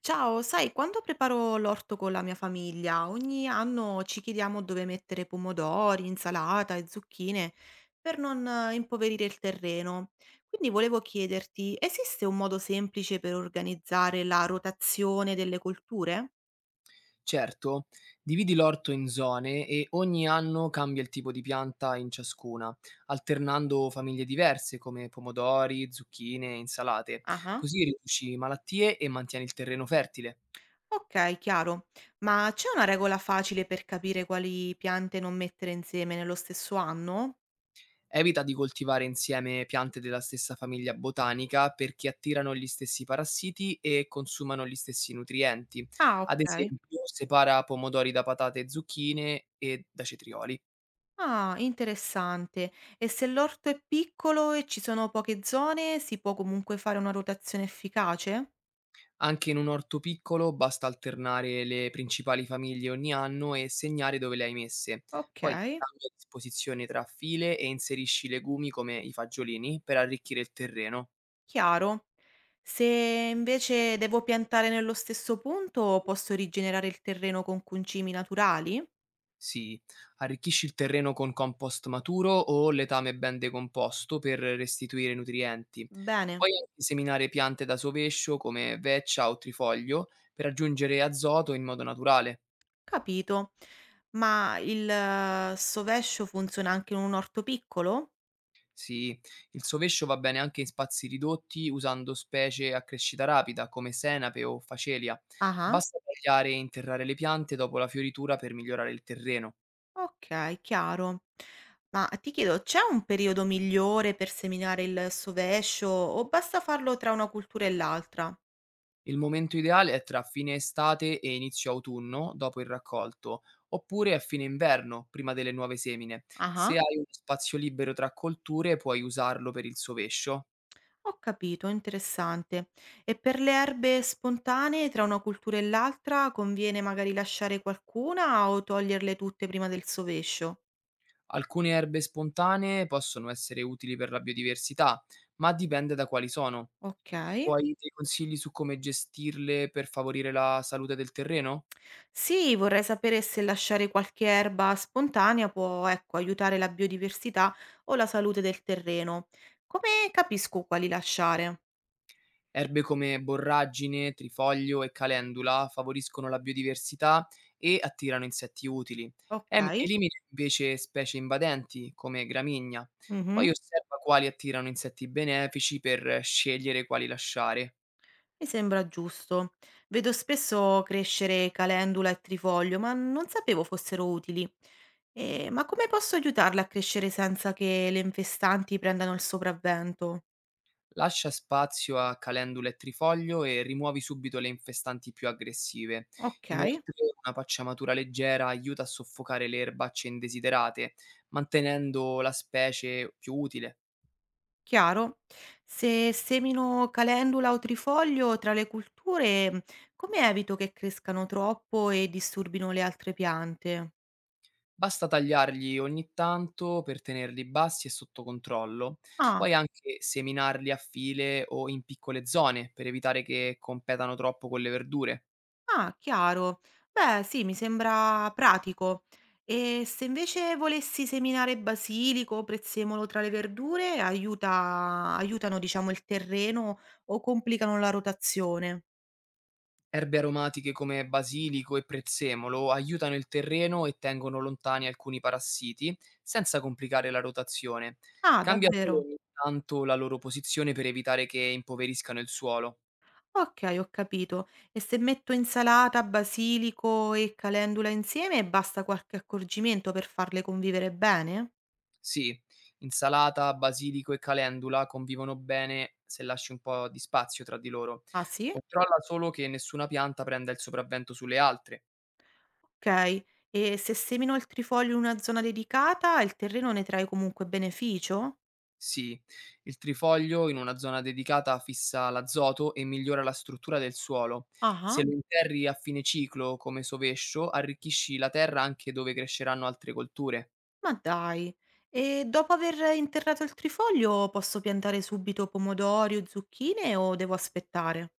Ciao, sai, quando preparo l'orto con la mia famiglia, ogni anno ci chiediamo dove mettere pomodori, insalata e zucchine per non impoverire il terreno. Quindi volevo chiederti, esiste un modo semplice per organizzare la rotazione delle colture? Certo, dividi l'orto in zone e ogni anno cambia il tipo di pianta in ciascuna, alternando famiglie diverse come pomodori, zucchine, insalate. Ah, Così riduci malattie e mantieni il terreno fertile. ok, chiaro. Ma c'è una regola facile per capire quali piante non mettere insieme nello stesso anno? Evita di coltivare insieme piante della stessa famiglia botanica perché attirano gli stessi parassiti e consumano gli stessi nutrienti. Ah, Ad ok. esempio, separa pomodori da patate e zucchine e da cetrioli. Ah, interessante. E se l'orto è piccolo e ci sono poche zone, si può comunque fare una rotazione efficace? Anche in un orto piccolo basta alternare le principali famiglie ogni anno e segnare dove le hai messe. Ok, Poi cambia disposizione tra file e inserisci legumi come i fagiolini per arricchire il terreno. chiaro. Se invece devo piantare nello stesso punto, posso rigenerare il terreno con concimi naturali? Sì, arricchisci il terreno con compost maturo o letame ben decomposto per restituire nutrienti. Bene, Puoi anche seminare piante da sovescio come veccia o trifoglio per aggiungere azoto in modo naturale. capito. Ma il sovescio funziona anche in un orto piccolo? Sì, il sovescio va bene anche in spazi ridotti usando specie a crescita rapida come senape o facelia. Ah. Basta tagliare e interrare le piante dopo la fioritura per migliorare il terreno. Okay, chiaro. Ma ti chiedo, c'è un periodo migliore per seminare il sovescio o basta farlo tra una cultura e l'altra? Il momento ideale è tra fine estate e inizio autunno, dopo il raccolto, oppure a fine inverno, prima delle nuove semine. Se Ah-ah. hai uno spazio libero tra colture, puoi usarlo per il sovescio. Ho capito, interessante. E per le erbe spontanee tra una cultura e l'altra conviene magari lasciare qualcuna o toglierle tutte prima del sovescio? Alcune erbe spontanee possono essere utili per la biodiversità, ma dipende da quali sono. Ok. Vuoi dei consigli su come gestirle per favorire la salute del terreno? Sì, vorrei sapere se lasciare qualche erba spontanea può, ecco, aiutare la biodiversità o la salute del terreno. Come capisco quali lasciare? Erbe come borragine, trifoglio e calendula favoriscono la biodiversità e attirano insetti utili. Okay. Elimina invece specie invadenti come gramigna. Mh-mh. Poi osserva quali attirano insetti benefici per scegliere quali lasciare. Mi sembra giusto. Vedo spesso crescere calendula e trifoglio, ma non sapevo fossero utili. Ma come posso aiutarle a crescere senza che le infestanti prendano il sopravvento? Lascia spazio a calendula e trifoglio e rimuovi subito le infestanti più aggressive. Okay, Inoltre, una pacciamatura leggera aiuta a soffocare le erbacce indesiderate, mantenendo la specie più utile. chiaro. Se semino calendula o trifoglio tra le culture, come evito che crescano troppo e disturbino le altre piante? Basta tagliarli ogni tanto per tenerli bassi e sotto controllo. Ah. Puoi anche seminarli a file o in piccole zone per evitare che competano troppo con le verdure. Ah, chiaro. Beh, sì, mi sembra pratico. E se invece volessi seminare basilico, prezzemolo tra le verdure, aiuta, aiutano, diciamo, il terreno o complicano la rotazione? Erbe aromatiche come basilico e prezzemolo aiutano il terreno e tengono lontani alcuni parassiti, senza complicare la rotazione. Ah, Cambia davvero? solo ogni tanto la loro posizione per evitare che impoveriscano il suolo. Ok, ho capito. E se metto insalata, basilico e calendula insieme, basta qualche accorgimento per farle convivere bene? Sì, insalata, basilico e calendula convivono bene se lasci un po' di spazio tra di loro. Ah, sì? Controlla solo che nessuna pianta prenda il sopravvento sulle altre. Ok. E se semino il trifoglio in una zona dedicata, il terreno ne trae comunque beneficio? Sì, il trifoglio in una zona dedicata fissa l'azoto e migliora la struttura del suolo. Se Ah-ah, lo interri a fine ciclo, come sovescio, arricchisci la terra anche dove cresceranno altre colture. ma dai. E dopo aver interrato il trifoglio posso piantare subito pomodori o zucchine o devo aspettare?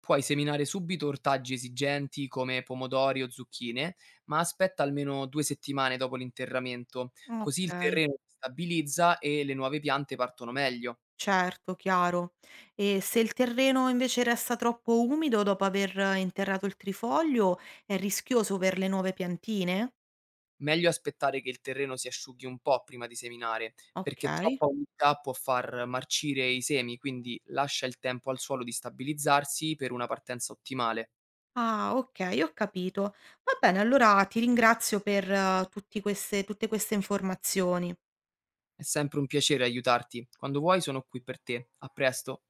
Puoi seminare subito ortaggi esigenti come pomodori o zucchine, ma aspetta almeno 2 settimane dopo l'interramento, così il Okay, terreno si stabilizza e le nuove piante partono meglio. certo, chiaro. E se il terreno invece resta troppo umido dopo aver interrato il trifoglio, è rischioso per le nuove piantine? Meglio aspettare che il terreno si asciughi un po' prima di seminare, perché Okay. troppa umidità può far marcire i semi, quindi lascia il tempo al suolo di stabilizzarsi per una partenza ottimale. Ah, okay, ho capito. Va bene, allora ti ringrazio per tutti queste tutte queste informazioni. È sempre un piacere aiutarti. Quando vuoi sono qui per te. A presto.